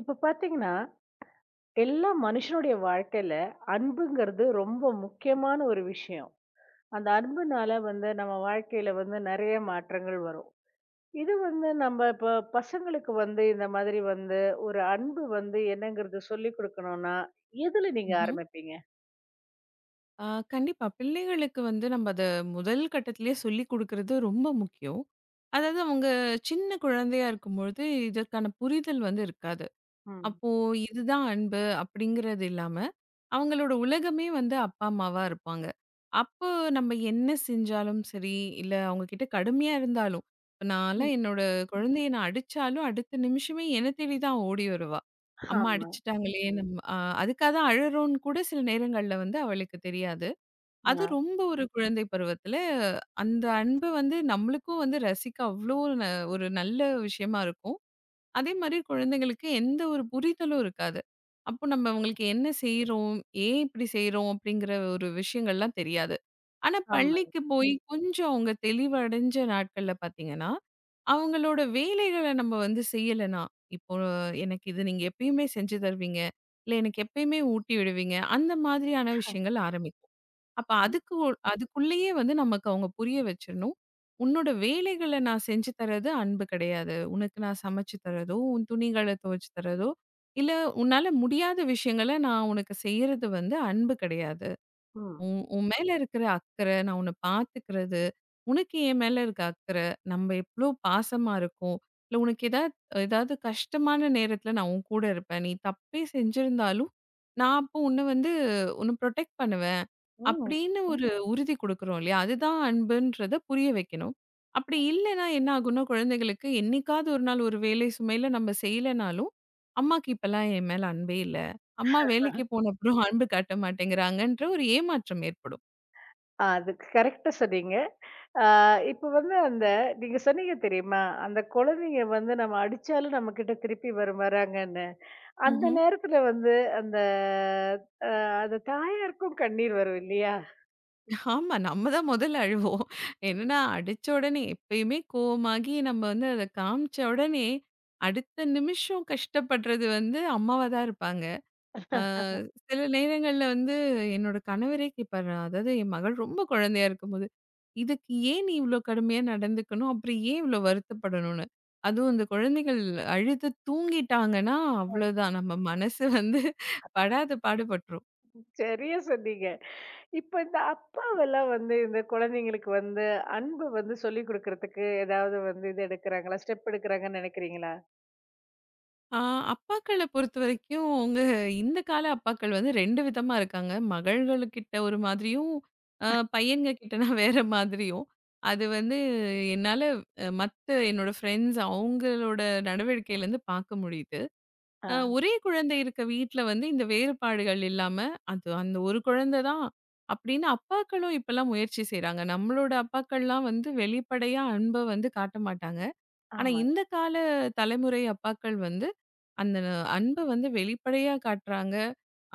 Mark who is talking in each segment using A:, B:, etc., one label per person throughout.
A: இப்ப பாத்தீங்கன்னா, எல்லா மனுஷனுடைய வாழ்க்கையில அன்புங்கிறது ரொம்ப முக்கியமான ஒரு விஷயம். அந்த அன்புனால வந்து நம்ம வாழ்க்கையில வந்து நெறைய மாற்றங்கள் வரும். இது வந்து நம்ம இப்ப பசங்களுக்கு வந்து இந்த மாதிரி வந்து ஒரு அன்பு வந்து என்னங்கிறது சொல்லிக் குடுக்கணும்னா, எதுல நீங்க
B: ம்ஹ்ம்.
A: ஆரம்பிப்பீங்க?
B: ஆ கண்டிப்பா. பிள்ளைகளுக்கு வந்து நம்ம அத முதல் கட்டத்திலேயே சொல்லிக் குடுக்குறது ரொம்ப முக்கியம். அதாவது அவங்க சின்ன குழந்தையா இருக்கும்பொழுது இதற்கான புரிதல் வந்து இருக்காது.
A: ம்.
B: அப்போ இதுதான் அன்பு அப்படிங்கிறது இல்லாம, அவங்களோட உலகமே வந்து அப்பா, அம்மாவா இருப்பாங்க. அப்போ நம்ம என்ன செஞ்சாலும் சரி, இல்ல அவங்க கிட்ட கடுமையா இருந்தாலும், இப்ப நான்லாம்
A: ம்.
B: என்னோட குழந்தைய நான் அடிச்சாலும், அடுத்த நிமிஷமே என்ன தேடி தான் ஓடி வருவா. அம்மா
A: ஆமா.
B: அடிச்சுட்டாங்களே நம்ம அதுக்காக தான் அழுறோம்னு கூட சில நேரங்கள்ல வந்து அவளுக்கு தெரியாது. அது
A: ஆ.
B: ரொம்ப ஒரு குழந்தை பருவத்துல, அந்த அன்பு வந்து நம்மளுக்கும் வந்து ரசிக்க அவ்ளோ ஒரு நல்ல விஷயமா இருக்கும். அதே மாரி குழந்தைங்களுக்கு எந்த ஒரு புரிதலும் இருக்காது. அப்போ நம்ம அவங்களுக்கு என்ன செய்றோம்? ஏன் இப்படி செய்றோம்? அப்படிங்கிற ஒரு விஷயங்கள்லாம் தெரியாது. ஆனா
A: ஆமாங்க.
B: பள்ளிக்கு போய் கொஞ்சம் அவங்க தெளிவடைஞ்ச நாட்கள்ல பார்த்தீங்கன்னா, அவங்களோட வேலைகள நம்ம வந்து செய்யலனா, இப்போ எனக்கு இது நீங்க எப்பயுமே செஞ்சு தருவீங்க. இல்ல எனக்கு எப்பயுமே ஊட்டி விடுவீங்க. அந்த மாதிரியான விஷயங்கள் ஆரம்பிக்கும். அப்ப
A: ம்.
B: அதுக்கு அதுக்குள்ளேயே வந்து நமக்கு அவங்க புரிய வச்சிரணும். உன்னோட வேலைகள நான் செஞ்சு தர்றது அன்பு கிடையாது. உனக்கு நான் சமைச்சு தர்றதோ, உன் துணிகள துவைச்சு தர்றதோ, இல்ல உன்னால முடியாத விஷயங்கள நான் உனக்கு செய்யறது வந்து அன்பு கிடையாது.
A: ம்.
B: உன் உன் மேல இருக்கிற அக்கறை, நான் உன்ன பார்த்துக்கிறது, உனக்கு என் மேல இருக்க அக்கறை, நம்ம எவ்ளோ பாசமா இருக்கோம். இல்ல உனக்கு ஏதாவது ஏதாவது கஷ்டமான நேரத்துல நான் உன் கூட இருப்பேன். நீ தப்பே செஞ்சிருந்தாலும், நான் அப்போ உன்ன வந்து உன்ன புரொடெக்ட் பண்ணுவேன்.
A: ஓ!
B: அப்படின்னு ஒரு உறுதி குடுக்குறோம் இல்லையா? அதுதான் அன்புன்றத புரிய வைக்கணும். அப்படி இல்லைன்னா என்ன ஆகும்னா, குழந்தைகளுக்கு என்னைக்காவது ஒரு நாள் ஒரு வேலை சுமையில நம்ம செய்யலைனாலும், அம்மாக்கு இப்பலாம் என் மேல அன்பே இல்ல. அம்மா வேலைக்கு போன அப்புறம் அன்பு காட்ட மாட்டேங்கிறாங்கன்ற ஒரு ஏமாற்றம் ஏற்படும்.
A: ஆ அது கரெக்ட்டா சொன்னீங்க. ஆ இப்ப வந்து அந்த நீங்க சொன்னீங்க தெரியுமா? அந்த குழந்தைங்க வந்து நம்ம அடிச்சாலும் நம்மகிட்ட திருப்பி வராங்கன்னு. அந்த
B: ம்ஹ்ம்.
A: நேரத்துல வந்து அந்த அ அந்த தாயாருக்கும் கண்ணீர் வரும் இல்லையா?
B: ஆமா. நம்ம தான் முதல்ல அழுவோம். என்னன்னா, அடிச்ச உடனே எப்பயுமே கோவமாகி நம்ம வந்து அத காமிச்ச உடனே, அடுத்த நிமிஷம் கஷ்டப்படுறது வந்து அம்மாவா தான் இருப்பாங்க. ஆ சில நேரங்கள்ல வந்து என்னோட கணவரே கேட்பாரு. அதாவது என் மகள் ரொம்ப குழந்தையா இருக்கும்போது, "இதுக்கு ஏன் நீ இவ்ளோ கடுமையா நடந்துக்கணும்? அப்புறம் ஏன் இவ்ளோ வருத்தப்படணும்னு?" அதுவும் இந்த குழந்தைகள் அழுது தூங்கிட்டாங்கன்னா,
A: ஐ
B: அவ்வளோதான். நம்ம மனசு வந்து படாத பாடு பட்டுரும்.
A: சரியா சொன்னீங்க. இப்ப இந்த அப்பாவெல்லாம் வந்து இந்த குழந்தைங்களுக்கு வந்து அன்பு வந்து சொல்லிக் குடுக்கறதுக்கு ஏதாவது வந்து இது எடுக்குறாங்களா? ஸ்டெப் எடுக்குறாங்கன்னு நெனைக்கிறீங்களா?
B: ஆ அப்பாக்கள பொறுத்தவரைக்கும், இந்த கால அப்பாக்கள் வந்து 2 விதமா இருக்காங்க. மகள்களுக்கிட்ட ஒரு மாதிரியும், அ பையன்க கிட்டனா வேற மாதிரியும். அது வந்து என்னால அ மத்த என்னோட ஃப்ரெண்ட்ஸ் அவங்களோட நடவடிக்கையிலருந்து பார்க்க முடியுது.
A: ஆ.
B: ஒரே குழந்தை இருக்க வீட்ல வந்து இந்த வேறுபாடுகள் இல்லாம, அது அந்த ஒரு குழந்தை தான் அப்படின்னு அப்பாக்களும் இப்பலாம் முயற்சி செய்றாங்க. நம்மளோட அப்பாக்கள்லாம் வந்து வெளிப்படையா அன்ப வந்து காட்ட மாட்டாங்க. ஆனா
A: ஆமாங்க.
B: இந்த கால தலைமுறை அப்பாக்கள் வந்து அந்த அன்ப வந்து வெளிப்படையா காட்டுறாங்க.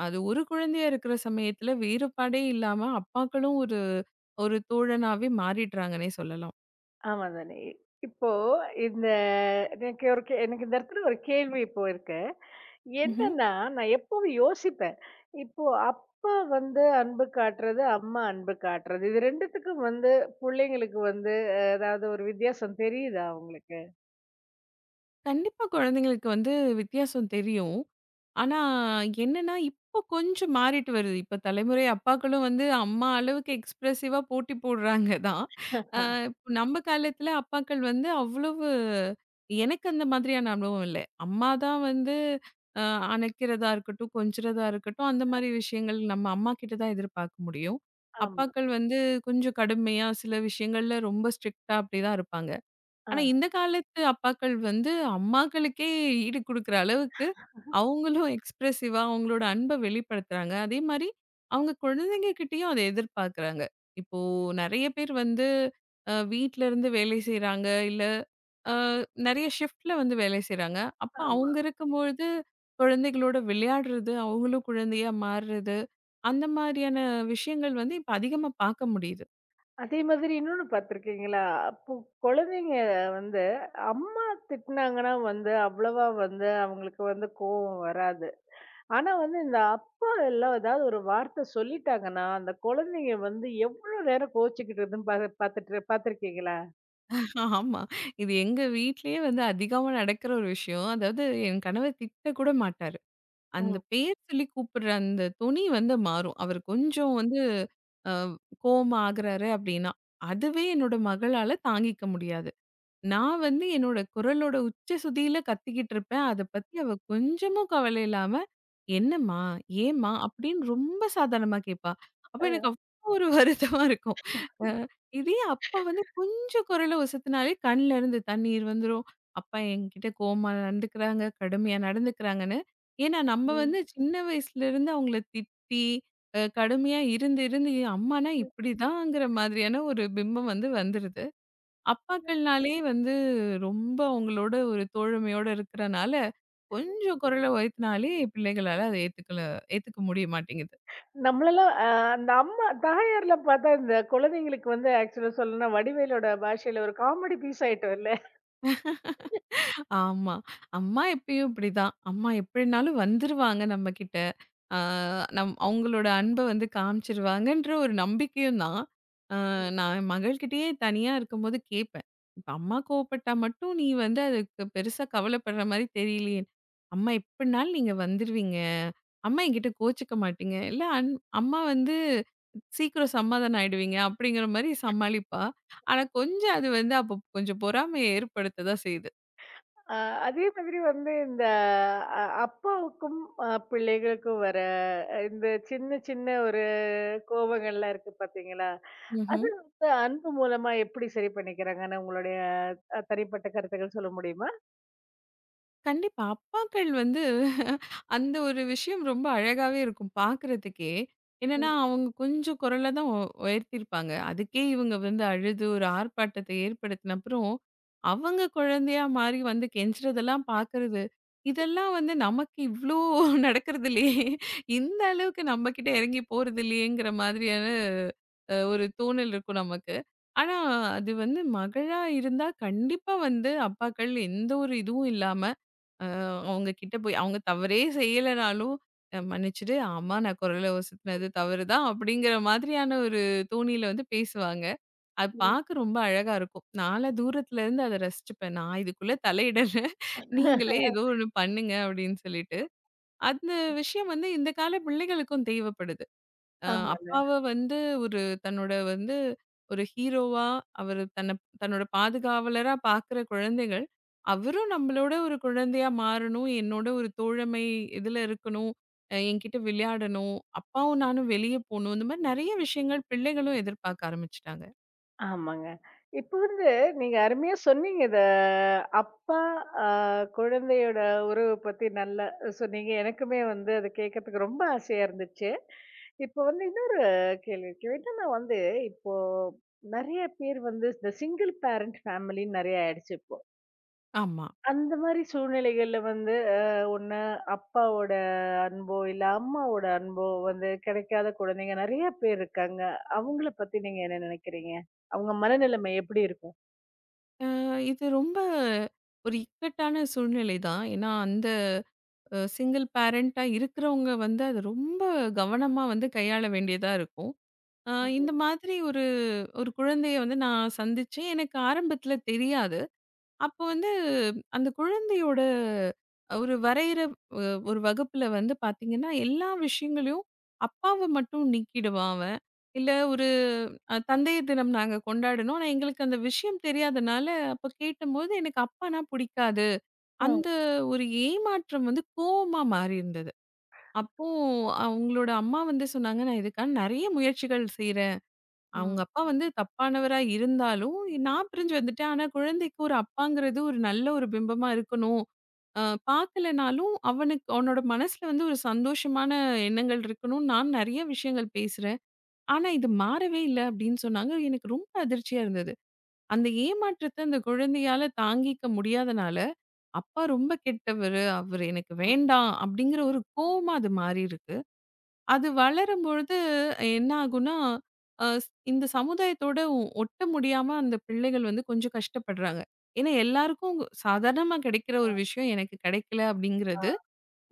B: அது ஒரு குழந்தையா இருக்கிற சமயத்துல வேறுபாடே இல்லாம அப்பாக்களும் ஒரு ஒரு தோழனாவே மாறிடுறாங்கன்னே சொல்லலாம்.
A: ஆமா தானே. இப்போ இந்த எனக்கு ஒரு கே எனக்கு இந்த இடத்துல ஒரு கேள்வி இப்போ இருக்கு.
B: ம்ஹ்ம்.
A: என்னன்னா, நான் எப்பவும் யோசிப்பேன். இப்போ அப்பா வந்து அன்பு காட்டுறது, அம்மா அன்பு காட்டுறது. இது 2த்துக்கும் வந்து புள்ளைங்களுக்கு வந்து ஏதாவது ஒரு வித்தியாசம் தெரியுதா உங்களுக்கு?
B: கண்டிப்பா குழந்தைங்களுக்கு வந்து வித்தியாசம் தெரியும். ஆனா, என்னன்னா, இப்போ கொஞ்சம் மாறிட்டு வருது. இப்ப தலைமுறை அப்பாக்களும் வந்து அம்மா அளவுக்கு எக்ஸ்பிரசிவா போட்டி போடுறாங்க தான். அ இப்ப நம்ம காலத்துல அப்பாக்கள் வந்து அவ்வளவு எனக்கு அந்த மாதிரியான அனுபவம் இல்ல. அம்மா தான் வந்து அ அணைக்கிறதா இருக்கட்டும், கொஞ்சுறதா இருக்கட்டும், அந்த மாரி விஷயங்கள் நம்ம அம்மா கிட்ட தான் எதிர்பார்க்க முடியும்.
A: ஆமா.
B: அப்பாக்கள் வந்து கொஞ்சம் கடுமையா சில விஷயங்கள்ல ரொம்ப ஸ்ட்ரிக்ட்டா அப்படி தான் இருப்பாங்க.
A: ஆ,
B: ஆனா, இந்த காலத்து அப்பாக்கள் வந்து அம்மாக்களுக்கே ஈடு குடுக்குற அளவுக்கு, அவங்களும் எக்ஸ்பிரசிவா அவங்களோட அன்ப வெளிப்படுத்துறாங்க. அதே மாரி அவங்க குழந்தைங்க கிட்டயும் அத எதிர்பார்க்குறாங்க. இப்போ நெறைய பேர் வந்து வீட்லருந்து வேலை செய்றாங்க. இல்ல அ நெறைய ஷிஃப்ட்ல வந்து வேலை செய்றாங்க. அப்ப
A: ஆமா.
B: அவங்க இருக்கும்பொழுது குழந்தைகளோட விளையாடுறது, அவங்களும் குழந்தையா மாறுறது, அந்த மாரியான விஷயங்கள் வந்து இப்ப அதிகமா பார்க்க முடியுது.
A: அதே மாதிரி இன்னொன்னு பார்த்துருக்கீங்களா? அப்போ குழந்தைங்க வந்து அம்மா திட்டுனாங்கன்னா வந்து அவ்வளவா வந்து அவங்களுக்கு வந்து கோவம் வராது. ஆனா வந்து இந்த அப்பா எல்லாம் ஏதாவது ஒரு வார்த்தை சொல்லிட்டாங்கன்னா, அந்த குழந்தைங்க வந்து எவ்ளோ நேரம் கோவிச்சுக்கிட்டுதுன்னு பாத்துட்டு பாத்துருக்கீங்களா?
B: ஆமா. இது எங்க வீட்லயே வந்து அதிகமா நடக்கிற ஒரு விஷயம். அதாவது என் கணவர் திட்ட கூட மாட்டாரு. அந்த
A: ம்.
B: பேர் சொல்லி கூப்பிடுற அந்த தொனி வந்து மாறும். அவர் கொஞ்சம் வந்து அ கோவமா ஆகுறாரு அப்படின்னா, அதுவே என்னோட மகளால தாங்கிக்க முடியாது. நான் வந்து என்னோட குரலோட உச்ச சுதியில கத்திக்கிட்டு இருப்பேன். அத பத்தி அவ கொஞ்சமும் கவலை இல்லாம, "என்னம்மா? ஏம்மா?" அப்படின்னு ரொம்ப சாதாரணமா கேட்பா. அப்ப எனக்கு
A: அ
B: அவ்ளோ ஒரு வருத்தமா இருக்கும். அ இதே அப்பா வந்து கொஞ்சம் குரல ஒசத்துனாலே கண்ல இருந்து தண்ணீர் வந்துரும். அப்பா என்கிட்ட கோவமா நடந்துக்கிறாங்க, கடுமையா நடந்துக்கிறாங்கன்னு. ஏன்னா நம்ம
A: ம்.
B: வந்து சின்ன வயசுல இருந்து அவங்கள திட்டி, கடுமையா இருந்து இருந்து அம்மானா இப்படிதாங்கிற மாதிரியான ஒரு பிம்பம் வந்து வந்துருது. அப்பாக்கள்னாலே வந்து ரொம்ப அவங்களோட ஒரு தோழமையோட இருக்கிறனால, கொஞ்சம் குரல உயர்த்தினாலே பிள்ளைகளால அத ஏத்துக்க முடிய மாட்டேங்குது.
A: நம்மளலாம் அந்த அம்மா தாயார்லாம் பாத்தா இந்த குழந்தைங்களுக்கு வந்து ஆக்சுவலா சொல்லணும்னா வடிவேலோட பாஷையில ஒரு காமெடி பீஸ் ஆயிட்டோம்ல.
B: ஆமா. அம்மா எப்பயும் இப்படிதான். அம்மா எப்படினாலும் வந்துருவாங்க நம்மகிட்ட. ஆ நம் அவங்களோட அன்ப வந்து காமிச்சிருவாங்கன்ற ஒரு நம்பிக்கையும் தான். ஆ நான் என் மகள்கிட்டயே தனியா இருக்கும்போது கேட்பேன். இப்ப அம்மா கோவப்பட்டா மட்டும் நீ வந்து அதுக்கு பெருசா கவலைப்படுற மாரி தெரியலையே. அம்மா எப்படினாலும் நீங்க வந்துருவீங்க. அம்மா என்கிட்ட கோச்சுக்க மாட்டீங்க. இல்ல அம்மா வந்து சீக்கிரம் சமாதானம் ஆயிடுவீங்க அப்படிங்கிற மாரி சமாளிப்பா. ஆனா கொஞ்சம் அது வந்து அப்போ கொஞ்சம் பொறாமைய ஏற்படுத்த தான் செய்யுது.
A: அ அதே மாதிரி வந்து இந்த அப்பாவுக்கும் பிள்ளைகளுக்கும் வர இந்த சின்ன சின்ன ஒரு கோபங்கள்லாம் இருக்கு பார்த்தீங்களா? அது
B: ம்ஹ்ம்.
A: வந்து அன்பு மூலமா எப்படி சரி பண்ணிக்கிறாங்கன்னு உங்களுடைய தனிப்பட்ட கருத்துக்கள் சொல்ல முடியுமா?
B: கண்டிப்பா. அப்பாக்கள் வந்து அந்த ஒரு விஷயம் ரொம்ப அழகாவே இருக்கும் பார்க்குறதுக்கே. என்னன்னா, அவங்க கொஞ்சம் குரல தான் உயர்த்தியிருப்பாங்க. அதுக்கே இவங்க வந்து அழுது ஒரு ஆர்ப்பாட்டத்தை ஏற்படுத்தின அப்புறம், அவங்க குழந்தையா மாறி வந்து கெஞ்சுறதெல்லாம் பார்க்குறது, இதெல்லாம் வந்து நமக்கு இவ்ளோ நடக்கிறது இல்லையே! இந்த அளவுக்கு நம்ம கிட்ட இறங்கி போறது இல்லையேங்கிற மாதிரியான ஒரு தோணல் இருக்கும் நமக்கு. ஆனா, அது வந்து மகளா இருந்தா கண்டிப்பா வந்து அப்பாக்கள் எந்த ஒரு இதுவும் இல்லாம அ அவங்க கிட்ட போய் அவங்க தவறே செய்யலனாலும், மன்னிச்சுடு, ஆமா நான் குரல ஒசத்துனது தவறு தான் அப்படிங்கிற மாதிரியான ஒரு தொனியில வந்து பேசுவாங்க. அது பார்க்க ரொம்ப அழகா இருக்கும். நான்லாம் தூரத்துல இருந்து அத ரசிச்சுப்பேன். நான் இதுக்குள்ள தலையிடல. நீங்களே ஏதோ ஒண்ணு பண்ணுங்க அப்படின்னு சொல்லிட்டு. அந்த விஷயம் வந்து இந்த கால பிள்ளைகளுக்கும் தேவைப்படுது.
A: ஆமாங்க.
B: அப்பாவ வந்து ஒரு தன்னோட வந்து ஒரு ஹீரோவா, அவரு தன்ன தன்னோட பாதுகாவலரா பார்க்குற குழந்தைகள், அவரும் நம்மளோட ஒரு குழந்தையா மாறணும். என்னோட ஒரு தோழமை இதுல இருக்கணும். என்கிட்ட விளையாடணும். அப்பாவும் நானும் வெளிய போணும். இந்த மாரி நெறைய விஷயங்கள் பிள்ளைகளும் எதிர்பார்க்க ஆரம்பிச்சுட்டாங்க.
A: ஆமாங்க. இப்ப வந்து நீங்க அருமையா சொன்னீங்க. இத அப்பா, அ குழந்தையோட உறவு பத்தி நல்லா சொன்னீங்க. எனக்குமே வந்து அத கேட்கறதுக்கு ரொம்ப ஆசையா இருந்துச்சு. இப்ப வந்து இன்னொரு கேள்வி இருக்கு. என்னன்னா வந்து இப்போ நெறைய பேர் வந்து இந்த சிங்கிள் பேரண்ட் ஃபேமிலின்னு நெறைய ஆயிடுச்சு இப்போ.
B: ஆமா.
A: அந்த மாரி சூழ்நிலைகள்ல வந்து ஒண்ணு அப்பாவோட அன்போ, இல்ல அம்மாவோட அன்போ வந்து கிடைக்காத குழந்தைங்க நெறைய பேர் இருக்காங்க. அவங்கள பத்தி நீங்க என்ன நினைக்கிறீங்க? அவங்க மனநிலைமை எப்படி இருக்கும்?
B: இது ரொம்ப ஒரு இக்கட்டான சூழ்நிலை தான். ஏன்னா அந்த சிங்கிள் பேரண்ட்டா இருக்கிறவங்க வந்து அத ரொம்ப கவனமா வந்து கையாள வேண்டியதா இருக்கும். அ இந்த
A: ஓ!
B: மாதிரி ஒரு ஒரு குழந்தைய வந்து நான் சந்திச்சேன். எனக்கு ஆரம்பத்துல தெரியாது. அப்போ வந்து அந்த குழந்தையோட ஒரு வரையிற அ ஒரு வகுப்புல வந்து பார்த்தீங்கன்னா, எல்லா விஷயங்களையும் அப்பாவ மட்டும் நீக்கிடுவான் அவன். இல்ல ஒரு தந்தையர் தினம் நாங்க கொண்டாடினோம். ஆனா எங்களுக்கு அந்த விஷயம் தெரியாதனால, அப்ப கேட்டபோது எனக்கு அப்பானா புடிக்காது.
A: ம்.
B: அந்த ஒரு ஏமாற்றம் வந்து கோவமா மாறியிருந்தது. அப்போ அவங்களோட அம்மா வந்து சொன்னாங்க, "நான் இதுக்கான நெறைய முயற்சிகள் செய்றேன்." அவங்க
A: ம்.
B: அப்பா வந்து தப்பானவரா இருந்தாலும், நான் பிரிஞ்சு வந்துட்டேன். ஆனா, குழந்தைக்கு ஒரு அப்பாங்கிறது ஒரு நல்ல ஒரு பிம்பமா இருக்கணும். அ பார்க்கலனாலும் அவனுக்கு அவனோட மனசுல வந்து ஒரு சந்தோஷமான எண்ணங்கள் இருக்கணும்னு நான் நெறைய விஷயங்கள் பேசுறேன். ஆனா, இது மாறவே இல்ல அப்படின்னு சொன்னாங்க. எனக்கு ரொம்ப அதிர்ச்சியா இருந்தது. அந்த ஏமாற்றத்த அந்த குழந்தையால தாங்கிக்க முடியாதனால, அப்பா ரொம்ப கெட்டவரு, அவரு எனக்கு வேண்டாம் அப்படிங்கிற ஒரு கோவமா அது மாறியிருக்கு. அது வளரும்பொழுது என்ன ஆகும்னா, அ ஸ் இந்த சமுதாயத்தோட ஒட்ட முடியாம அந்த பிள்ளைகள் வந்து கொஞ்சம் கஷ்டப்படுறாங்க. ஏன்னா எல்லாருக்கும் சாதாரணமா கிடைக்கிற ஒரு விஷயம் எனக்கு கிடைக்கல
A: ஆ
B: அப்படிங்கிறது,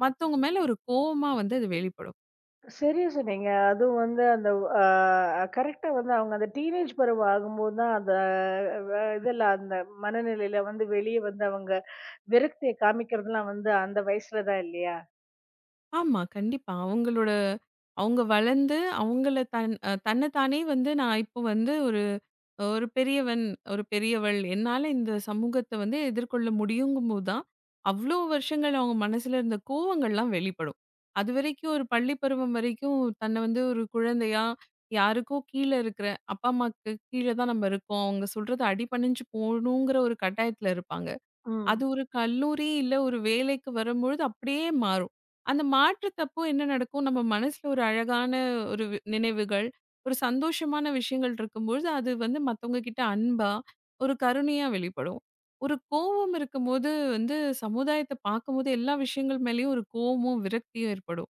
B: மத்தவங்க மேல ஒரு கோவமா வந்து அது வெளிப்படும்.
A: சரியா சொன்னீங்க. அதுவும் வந்து அந்த கரெக்ட்டா வந்து அவங்க அந்த டீனேஜ் பருவம் ஆகும்போது தான் அந்த வ இதெல்லாம் அந்த மனநிலையில வந்து வெளிய வந்து அவங்க விரக்திய காமிக்கிறதெல்லாம் வந்து அந்த வயசுல தான் இல்லையா?
B: ஆமா, கண்டிப்பா. அவங்க வளர்ந்து அவங்கள தன்ன தானே வந்து நான் இப்போ வந்து ஒரு ஒரு பெரியவன், ஒரு பெரியவள் என்னால இந்த சமூகத்த வந்து எதிர்கொள்ள முடியுங்கும்போது தான், அவ்ளோ வருஷங்கள் அவங்க மனசுல இருந்த கோவங்கள்லாம் வெளிப்படும். அதுவரைக்கும் ஒரு பள்ளி பருவம் வரைக்கும் தன்னை வந்து ஒரு குழந்தையா, யாருக்கோ கீழ இருக்கிற அப்பா, அம்மாக்கு கீழ தான் நம்ம இருக்கோம். அவங்க சொல்றத அடிபணிஞ்சு போகணுங்கிற ஒரு கட்டாயத்துல இருப்பாங்க.
A: ம்.
B: அது ஒரு கல்லூரி, இல்ல ஒரு வேலைக்கு வரும்பொழுது அப்படியே மாறும். அந்த மாற்றத்தப்போ என்ன நடக்கும்? நம்ம மனசுல ஒரு அழகான ஒரு நினைவுகள், ஒரு சந்தோஷமான விஷயங்கள் இருக்கும்பொழுது, அது வந்து மத்தவங்க கிட்ட அன்பா, ஒரு கருணையா வெளிப்படும். ஒரு கோவம் இருக்கும்போது வந்து சமுதாயத்த பார்க்கும்போது எல்லா விஷயங்கள் மேலயும் ஒரு கோவமும், விரக்தியும் ஏற்படும்.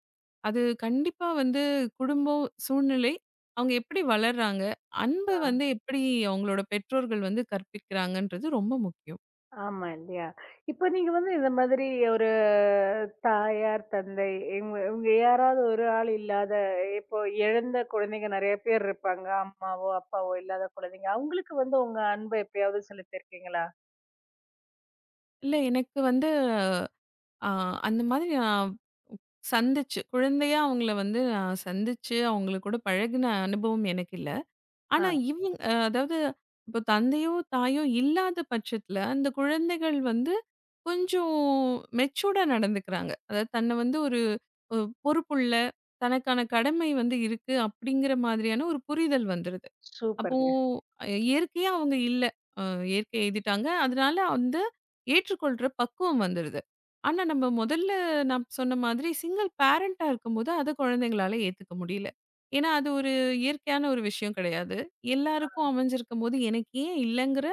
B: அது கண்டிப்பா வந்து குடும்பம், சூழ்நிலை, அவங்க எப்படி வளர்றாங்க? அன்ப
A: ஆ.
B: வந்து எப்படி அவங்களோட பெற்றோர்கள் வந்து கற்பிக்கிறாங்கன்றது ரொம்ப முக்கியம்.
A: ஆமா இல்லையா? இப்ப நீங்க வந்து இந்த மாதிரி ஒரு தாயார், தந்தை இவங்க இவங்க யாராவது ஒரு ஆள் இல்லாத இப்போ இழந்த குழந்தைங்க நெறைய பேர் இருப்பாங்க. அம்மாவோ, அப்பாவோ இல்லாத குழந்தைங்க. அவங்களுக்கு வந்து உங்க அன்ப எப்பயாவது செலுத்தியிருக்கீங்களா?
B: இல்ல எனக்கு வந்து அ அந்த மாதிரி நான் சந்திச்சு, குழந்தையா அவங்கள வந்து நான் சந்திச்சு, அவங்கள கூட பழகுன அனுபவம் எனக்கு இல்ல. ஆனா
A: ஆ.
B: இவங்க அதாவது இப்போ தந்தையோ, தாயோ இல்லாத பட்சத்தில, அந்த குழந்தைகள் வந்து கொஞ்சம் மெச்சூர்டா நடந்துக்கிறாங்க. அதாவது தன்னை வந்து ஒரு பொ பொறுப்புள்ள, தனக்கான கடமை வந்து இருக்கு, அப்படிங்கிற மாதிரியான ஒரு புரிதல் வந்துருது. அப்போ
A: சூப்பர்ங்க.
B: இயற்கையா அவங்க இல்ல. அ இயற்கைய எழுதிட்டாங்க. அதனால வந்து ஏற்றுக்கொள்ற பக்குவம் வந்துருது. ஆனா நம்ம முதல்ல நான் சொன்ன மாதிரி சிங்கிள் பேரண்ட்டா இருக்கும்போது அத குழந்தைங்களால ஏத்துக்க முடியல. ஏன்னா அது ஒரு இயற்கையான ஒரு விஷயம் கிடையாது. எல்லாருக்கும் அமைஞ்சிருக்கும்போது எனக்கு ஏன் இல்லங்கிற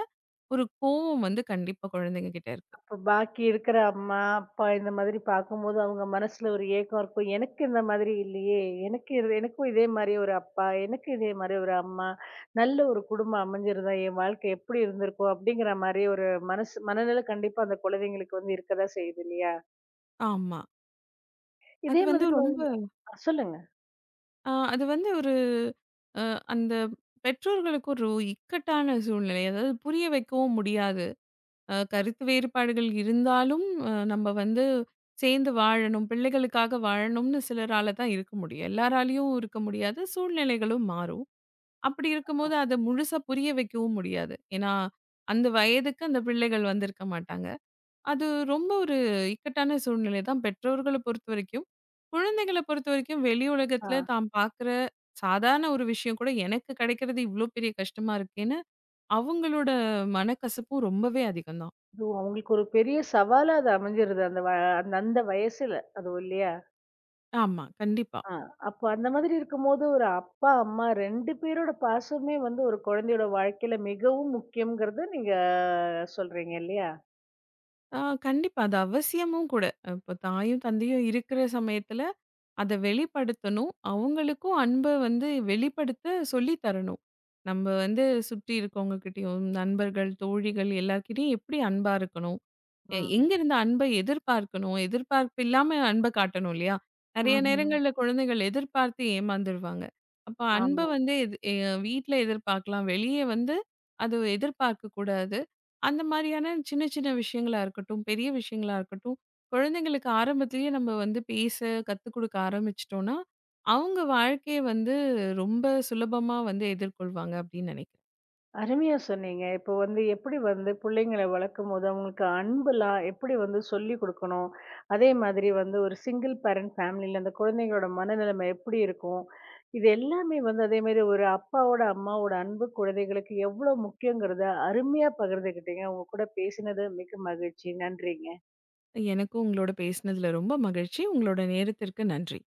B: ஒரு கோவம் வந்து கண்டிப்பா குழந்தைங்க கிட்ட இருக்கு.
A: இப்ப பாக்கி இருக்கிற அம்மா, அப்பா இந்த மாதிரி பார்க்கும்போது அவங்க மனசுல ஒரு ஏக்கம் இருக்கும். எனக்கு இந்த மாதிரி இல்லையே! எனக்கு இது எனக்கும் இதே மாரி ஒரு அப்பா, எனக்கு இதே மாரி ஒரு அம்மா, நல்ல ஒரு குடும்பம் அமைஞ்சிருந்தா என் வாழ்க்கை எப்படி இருந்திருக்கும்? அப்படிங்கிற மாரி ஒரு மனசு மனநிலை கண்டிப்பா அந்த குழந்தைங்களுக்கு வந்து இருக்க தான் செய்யுது இல்லையா?
B: ஆமா. அது
A: இதே
B: வந்து
A: மாதிரி
B: ரொம்ப
A: அ சொல்லுங்க.
B: அது வந்து ஒரு அ அந்த பெற்றோர்களுக்கு ஒரு இக்கட்டான சூழ்நிலை. அதாவது புரிய வைக்கவும் முடியாது. கருத்து வேறுபாடுகள் இருந்தாலும், நம்ம வந்து சேர்ந்து வாழணும், பிள்ளைகளுக்காக வாழணும்னு சிலரால தான் இருக்க முடியும். எல்லாராலயும் இருக்க முடியாது. சூழ்நிலைகளும் மாறும். அப்படி இருக்கும்போது அத முழுசா புரிய வைக்கவும் முடியாது. ஏன்னா, அந்த வயதுக்கு அந்த பிள்ளைகள் வந்திருக்க மாட்டாங்க. அது ரொம்ப ஒரு இக்கட்டான சூழ்நிலை தான் பெற்றோர்கள பொறுத்தவரைக்கும். குழந்தைகள பொறுத்தவரைக்கும் வெளி
A: ஆ.
B: உலகத்துல தான் பார்க்குற சாதாரண ஒரு விஷயம் கூட எனக்கு கிடைக்கிறது இவ்ளோ பெரிய கஷ்டமா இருக்கேன்னு, அவங்களோட மனக்கசப்பும் ரொம்பவே அதிகம் தான்.
A: அது அவங்களுக்கு ஒரு பெரிய சவாலா அது அமைஞ்சிருது அந்த அந்த அந்த வயசுல அதுவும் இல்லையா?
B: ஆமா. கண்டிப்பா.
A: ஆ, அப்போ அந்த மாதிரி இருக்கும்போது, ஒரு அப்பா, அம்மா 2 பேரோட பாசமே வந்து ஒரு குழந்தையோட வாழ்க்கையில மிகவும் முக்கியம்ங்கிறத நீங்க சொல்றீங்க இல்லையா?
B: ஆ கண்டிப்பா. அது அவசியமும் கூட. இப்போ தாயும், தந்தையும் இருக்கிற சமயத்துல அத வெளிப்படுத்தணும். அவங்களுக்கும் அன்ப வந்து வெளிப்படுத்த சொல்லி தரணும். நம்ம வந்து சுற்றி இருக்கவங்ககிட்டயும், நண்பர்கள், தோழிகள் எல்லார்கிட்டயும் எப்படி அன்பா இருக்கணும்?
A: ம்.
B: எங்கேருந்து அன்பை எதிர்பார்க்கணும்? எதிர்பார்ப்பு இல்லாம அன்ப காட்டணும் இல்லையா? நெறைய
A: ம்ஹ்ம்.
B: நேரங்கள்ல குழந்தைகள் எதிர்பார்த்து ஏமாந்துருவாங்க. அப்ப அன்ப
A: ஆமா.
B: வந்து எது எ வீட்ல எதிர்பார்க்கலாம். வெளிய வந்து அது எதிர்பார்க்க கூடாது. அந்த மாரியான சின்ன சின்ன விஷயங்களா இருக்கட்டும், பெரிய விஷயங்களா இருக்கட்டும், குழந்தைங்களுக்கு ஆரம்பத்திலேயே நம்ம வந்து பேச கத்துக் குடுக்க ஆரம்பிச்சுட்டோம்னா, அவங்க வாழ்க்கைய வந்து ரொம்ப சுலபமா வந்து எதிர்கொள்வாங்க அப்படின்னு நினைக்கிறேன்.
A: அருமையா சொன்னீங்க. இப்போ வந்து எப்படி வந்து பிள்ளைங்கள வளர்க்கும்போது, அவங்களுக்கு அன்புலாம் எப்படி வந்து சொல்லிக் குடுக்கணும்? அதே மாதிரி வந்து ஒரு சிங்கிள் பேரண்ட் ஃபேமிலில அந்த குழந்தைங்களோட மனநிலைமை எப்படி இருக்கும்? இது எல்லாமே வந்து அதே மாரி ஒரு அப்பாவோட, அம்மாவோட அன்பு குழந்தைகளுக்கு எவ்வளோ முக்கியங்கிறத அருமையா பகிர்ந்துக்கிட்டீங்க. உங்க கூட பேசினது மிக்க மகிழ்ச்சி. நன்றிங்க.
B: எனக்கும் உங்களோட பேசினதுல ரொம்ப மகிழ்ச்சி. உங்களோட நேரத்திற்கு நன்றி.